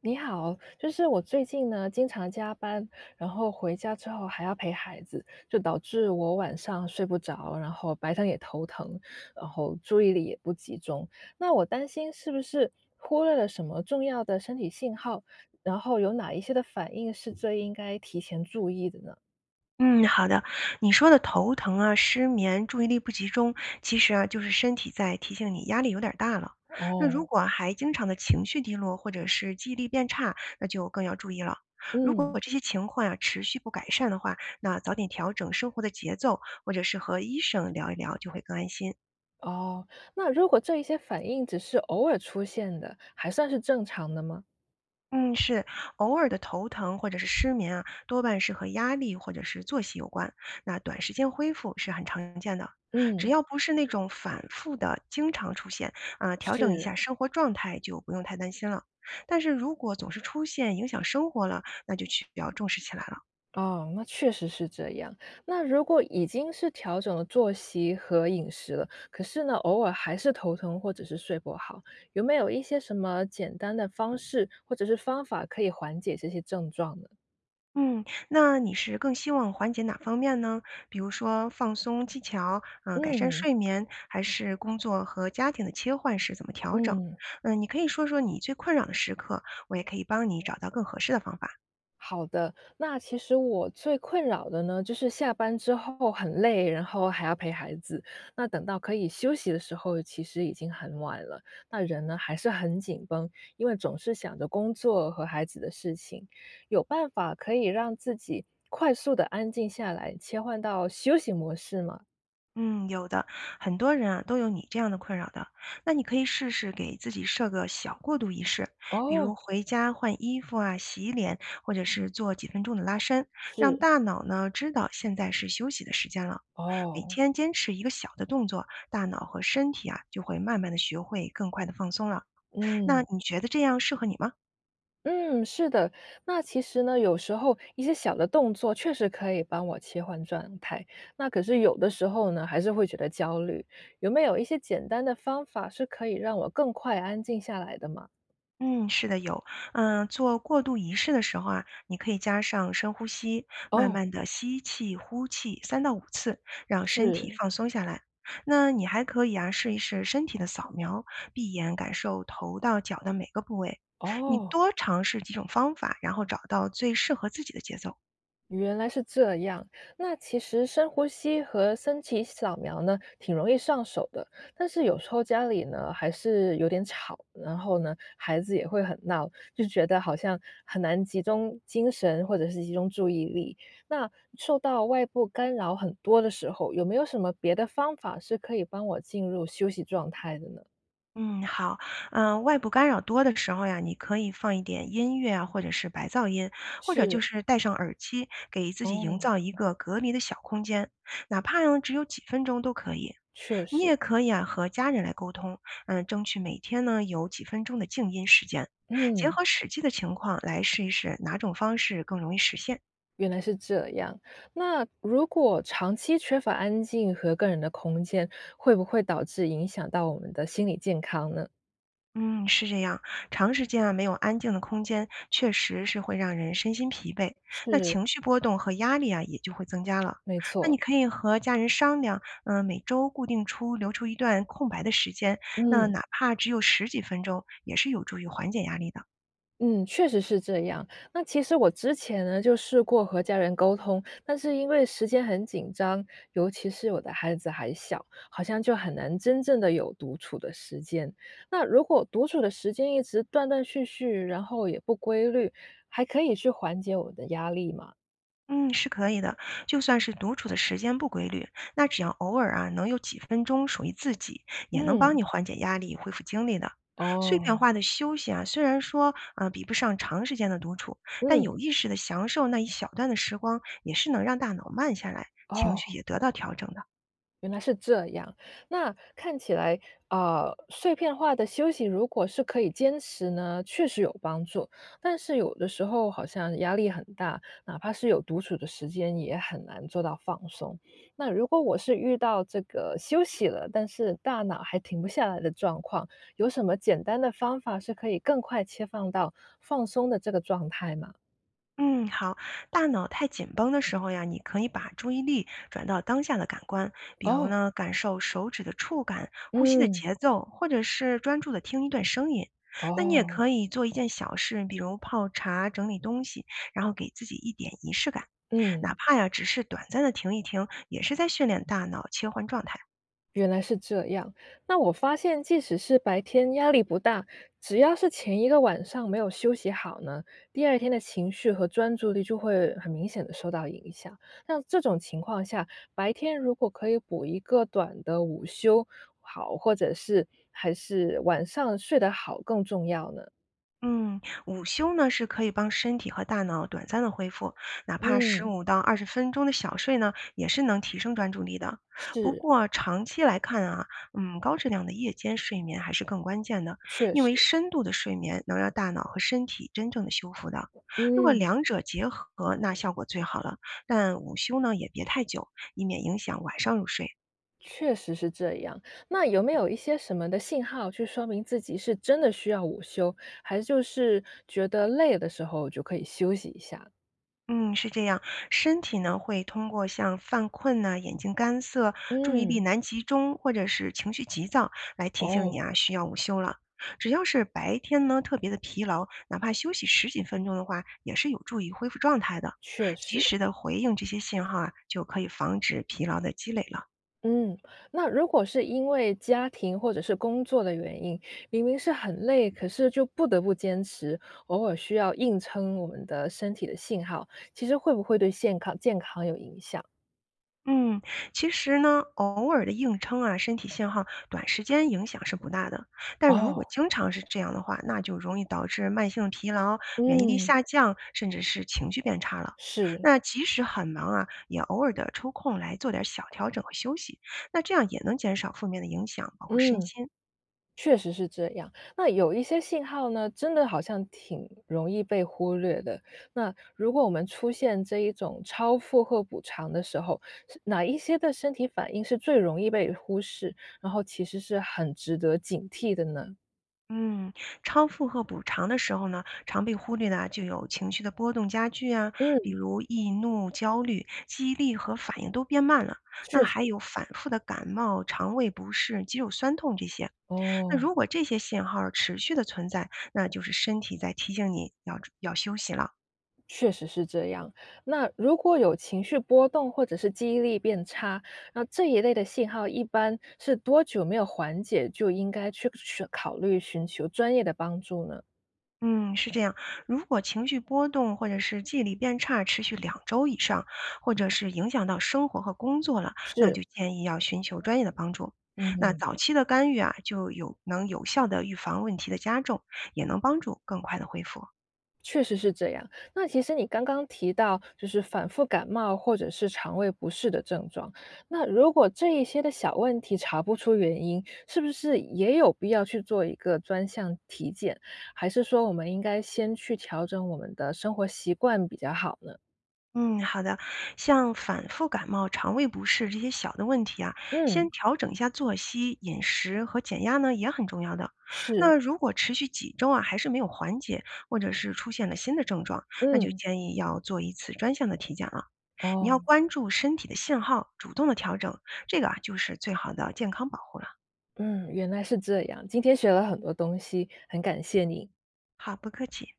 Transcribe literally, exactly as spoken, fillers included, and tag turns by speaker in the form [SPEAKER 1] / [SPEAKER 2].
[SPEAKER 1] 你好，就是我最近呢经常加班，然后回家之后还要陪孩子，就导致我晚上睡不着，然后白天也头疼，然后注意力也不集中。那我担心是不是忽略了什么重要的身体信号，然后有哪一些的反应是最应该提前注意的呢？
[SPEAKER 2] 嗯，好的。你说的头疼啊、失眠、注意力不集中，其实啊，就是身体在提醒你压力有点儿大了。那如
[SPEAKER 1] 哦，
[SPEAKER 2] 果还经常的情绪低落，或者是记忆力变差，那就更要注意了。如
[SPEAKER 1] 嗯，
[SPEAKER 2] 果这些情况呀持续不改善的话，那早点调整生活的节奏，或者是和医生聊一聊，就会更安心。
[SPEAKER 1] 哦，那如果这一些反应只是偶尔出现的，还算是正常的吗？
[SPEAKER 2] 嗯，是偶尔的头疼或者是失眠啊，多半是和压力或者是作息有关。那短时间恢复是很常见的，只
[SPEAKER 1] 嗯，
[SPEAKER 2] 要不是那种反复的、经常出现啊，调整一下
[SPEAKER 1] 是。
[SPEAKER 2] 生活状态就不用太担心了。但是如果总是出现影响生活了，那就需要重视起来了。
[SPEAKER 1] 哦，那确实是这样。那如果已经是调整了作息和饮食了，可是呢，偶尔还是头疼或者是睡不好，有没有一些什么简单的方式或者是方法可以缓解这些症状呢？
[SPEAKER 2] 嗯，那你是更希望缓解哪方面呢？比如说放松技巧，嗯、改善
[SPEAKER 1] 嗯
[SPEAKER 2] 睡眠，还是工作和家庭的切换时怎么调整？
[SPEAKER 1] 嗯。
[SPEAKER 2] 嗯、你可以说说你最困扰的时刻，我也可以帮你找到更合适的方法。
[SPEAKER 1] 好的，那其实我最困扰的呢，就是下班之后很累，然后还要陪孩子。那等到可以休息的时候，其实已经很晚了。那人呢，还是很紧绷，因为总是想着工作和孩子的事情。有办法可以让自己快速的安静下来，切换到休息模式吗？
[SPEAKER 2] 嗯，有的，很多人啊都有你这样的困扰的。那你可以试试给自己设个小过渡仪式，比如
[SPEAKER 1] 哦，
[SPEAKER 2] 回家换衣服啊、洗脸，或者是做几分钟的拉伸，让
[SPEAKER 1] 是
[SPEAKER 2] 大脑呢知道现在是休息的时间了。每
[SPEAKER 1] 哦，
[SPEAKER 2] 天坚持一个小的动作，大脑和身体啊就会慢慢的学会更快的放松了。那
[SPEAKER 1] 嗯。
[SPEAKER 2] 你觉得这样适合你吗？
[SPEAKER 1] 嗯，是的。那其实呢，有时候一些小的动作确实可以帮我切换状态，那可是有的时候呢，还是会觉得焦虑。有没有一些简单的方法是可以让我更快安静下来的吗？
[SPEAKER 2] 嗯，是的，有。嗯，做过渡仪式的时候啊，你可以加上深呼吸，慢
[SPEAKER 1] 哦，
[SPEAKER 2] 慢的吸气、呼气三到五次，让身体
[SPEAKER 1] 是
[SPEAKER 2] 放松下来。那你还可以啊，试一试身体的扫描，闭眼感受头到脚的每个部位。你
[SPEAKER 1] 哦。
[SPEAKER 2] 多尝试几种方法，然后找到最适合自己的节奏。
[SPEAKER 1] 原来是这样，那其实深呼吸和身体扫描呢，挺容易上手的。但是有时候家里呢还是有点吵，然后呢孩子也会很闹，就觉得好像很难集中精神或者是集中注意力。那受到外部干扰很多的时候，有没有什么别的方法是可以帮我进入休息状态的呢？
[SPEAKER 2] 嗯，好，嗯，外部干扰多的时候呀，你可以放一点音乐啊，或者是白噪音，或者就
[SPEAKER 1] 是，
[SPEAKER 2] 是戴上耳机，给自己营
[SPEAKER 1] 哦，
[SPEAKER 2] 造一个隔离的小空间，哪怕呢只有几分钟都可以。
[SPEAKER 1] 确
[SPEAKER 2] 你也
[SPEAKER 1] 实，
[SPEAKER 2] 可以啊和家人来沟通，嗯，争取每天呢有几分钟的静音时间，结
[SPEAKER 1] 嗯。
[SPEAKER 2] 合实际的情况来试一试哪种方式更容易实现。
[SPEAKER 1] 原来是这样。那如果长期缺乏安静和个人的空间，会不会导致影响到我们的心理健康呢？
[SPEAKER 2] 嗯，是这样，长时间啊没有安静的空间，确实是会让人身心疲惫，那
[SPEAKER 1] 是，
[SPEAKER 2] 情绪波动和压力啊也就会增加了。
[SPEAKER 1] 没
[SPEAKER 2] 那你
[SPEAKER 1] 错，
[SPEAKER 2] 可以和家人商量，嗯、每周固定出留出一段空白的时间，那
[SPEAKER 1] 嗯
[SPEAKER 2] 哪怕只有十几分钟，也是有助于缓解压力的。
[SPEAKER 1] 嗯，确实是这样。那其实我之前呢就试过和家人沟通，但是因为时间很紧张，尤其是我的孩子还小，好像就很难真正的有独处的时间。那如果独处的时间一直断断续续，然后也不规律，还可以去缓解我的压力吗？
[SPEAKER 2] 嗯，是可以的。就算是独处的时间不规律，那只要偶尔啊，能有几分钟属于自己，也能帮
[SPEAKER 1] 嗯。
[SPEAKER 2] 你缓解压力、恢复精力的。碎片
[SPEAKER 1] 哦，
[SPEAKER 2] 化的休息啊，虽然说啊、呃比不上长时间的独处，但有
[SPEAKER 1] 嗯，
[SPEAKER 2] 意识的享受那一小段的时光，也是能让大脑慢下来，情
[SPEAKER 1] 哦，
[SPEAKER 2] 绪也得到调整的。
[SPEAKER 1] 原来是这样。那看起来，啊，碎片化的休息如果是可以坚持呢，确实有帮助。但是有的时候好像压力很大，哪怕是有独处的时间，也很难做到放松。那如果我是遇到这个休息了，但是大脑还停不下来的状况，有什么简单的方法是可以更快切换到放松的这个状态吗？
[SPEAKER 2] 嗯，好。大脑太紧绷的时候呀，你可以把注意力转到当下的感官，比如
[SPEAKER 1] 哦，
[SPEAKER 2] 呢，感受手指的触感、呼吸的
[SPEAKER 1] 嗯，
[SPEAKER 2] 节奏，或者是专注的听一段声音。那你也可
[SPEAKER 1] 哦，
[SPEAKER 2] 以做一件小事，比如泡茶、整理东西，然后给自己一点仪式感，哪
[SPEAKER 1] 嗯。
[SPEAKER 2] 怕呀只是短暂的停一停，也是在训练大脑切换状态。
[SPEAKER 1] 原来是这样。那我发现，即使是白天压力不大，只要是前一个晚上没有休息好呢，第二天的情绪和专注力就会很明显的受到影响。那这种情况下，白天如果可以补一个短的午休，好，或者是还是晚上睡得好更重要呢？
[SPEAKER 2] 嗯，午休呢是可以帮身体和大脑短暂的恢复，哪怕十
[SPEAKER 1] 嗯，
[SPEAKER 2] 五到二十分钟的小睡呢，也是能提升专注力的。不
[SPEAKER 1] 是，
[SPEAKER 2] 过长期来看啊，嗯，高质量的夜间睡眠还是更关键的，
[SPEAKER 1] 确
[SPEAKER 2] 因为
[SPEAKER 1] 实，
[SPEAKER 2] 深度的睡眠能让大脑和身体真正的修复的。如果
[SPEAKER 1] 嗯。
[SPEAKER 2] 两者结合，那效果最好了。但午休呢也别太久，以免影响晚上入睡。
[SPEAKER 1] 确实是这样。那有没有一些什么的信号去说明自己是真的需要午休，还是就是觉得累的时候就可以休息一下？
[SPEAKER 2] 嗯，是这样，身体呢会通过像犯困呐、眼睛干涩、注意力
[SPEAKER 1] 嗯，
[SPEAKER 2] 难集中，或者是情绪急躁来提醒你
[SPEAKER 1] 哦，
[SPEAKER 2] 啊，需要午休了。只要是白天呢特别的疲劳，哪怕休息十几分钟的话，也是有助于恢复状态的。
[SPEAKER 1] 确
[SPEAKER 2] 及
[SPEAKER 1] 实。
[SPEAKER 2] 时的回应这些信号啊，就可以防止疲劳的积累了。
[SPEAKER 1] 嗯，那如果是因为家庭或者是工作的原因，明明是很累，可是就不得不坚持，偶尔需要硬撑我们的身体的信号，其实会不会对健康健康有影响？
[SPEAKER 2] 嗯，其实呢，偶尔的硬撑啊，身体信号短时间影响是不大的。但如果
[SPEAKER 1] 哦，
[SPEAKER 2] 经常是这样的话，那就容易导致慢性疲劳、免疫力
[SPEAKER 1] 嗯，
[SPEAKER 2] 下降，甚至是情绪变差了。
[SPEAKER 1] 是，
[SPEAKER 2] 那即使很忙啊，也偶尔的抽空来做点小调整和休息，那这样也能减少负面的影响，保护身
[SPEAKER 1] 嗯。
[SPEAKER 2] 心。
[SPEAKER 1] 确实是这样。那有一些信号呢，真的好像挺容易被忽略的。那如果我们出现这一种超负荷补偿的时候，是哪一些的身体反应是最容易被忽视，然后其实是很值得警惕的呢？
[SPEAKER 2] 嗯，超负荷补偿的时候呢，常被忽略的啊就有情绪的波动加剧啊，比
[SPEAKER 1] 嗯，
[SPEAKER 2] 如易怒、焦虑，记忆力和反应都变慢了。那
[SPEAKER 1] 确
[SPEAKER 2] 还
[SPEAKER 1] 实，
[SPEAKER 2] 有反复的感冒、肠胃不适、肌肉酸痛这些。那如
[SPEAKER 1] 哦，
[SPEAKER 2] 果这些信号持续的存在，那就是身体在提醒你要要休息了。
[SPEAKER 1] 确实是这样。那如果有情绪波动或者是记忆力变差，那这一类的信号一般是多久没有缓解就应该去选考虑寻求专业的帮助呢？
[SPEAKER 2] 嗯，是这样。如果情绪波动或者是记忆力变差持续两周以上，或者是影响到生活和工作了，那
[SPEAKER 1] 是，
[SPEAKER 2] 就建议要寻求专业的帮助。那
[SPEAKER 1] 嗯，
[SPEAKER 2] 早期的干预啊，就有能有效的预防问题的加重，也能帮助更快的恢复。
[SPEAKER 1] 确实是这样。那其实你刚刚提到，就是反复感冒或者是肠胃不适的症状，那如果这一些的小问题查不出原因，是不是也有必要去做一个专项体检？还是说我们应该先去调整我们的生活习惯比较好呢？
[SPEAKER 2] 嗯，好的。像反复感冒、肠胃不适这些小的问题啊，先
[SPEAKER 1] 嗯，
[SPEAKER 2] 调整一下作息、饮食和减压呢，也很重要的。那
[SPEAKER 1] 是，
[SPEAKER 2] 如果持续几周啊，还是没有缓解，或者是出现了新的症状，那就
[SPEAKER 1] 嗯，
[SPEAKER 2] 建议要做一次专项的体检了。你要
[SPEAKER 1] 哦，
[SPEAKER 2] 关注身体的信号，主动的调整，这个啊，就是最好的健康保护了。
[SPEAKER 1] 嗯，原来是这样，今天学了很多东西，很感谢你。
[SPEAKER 2] 好，不客气。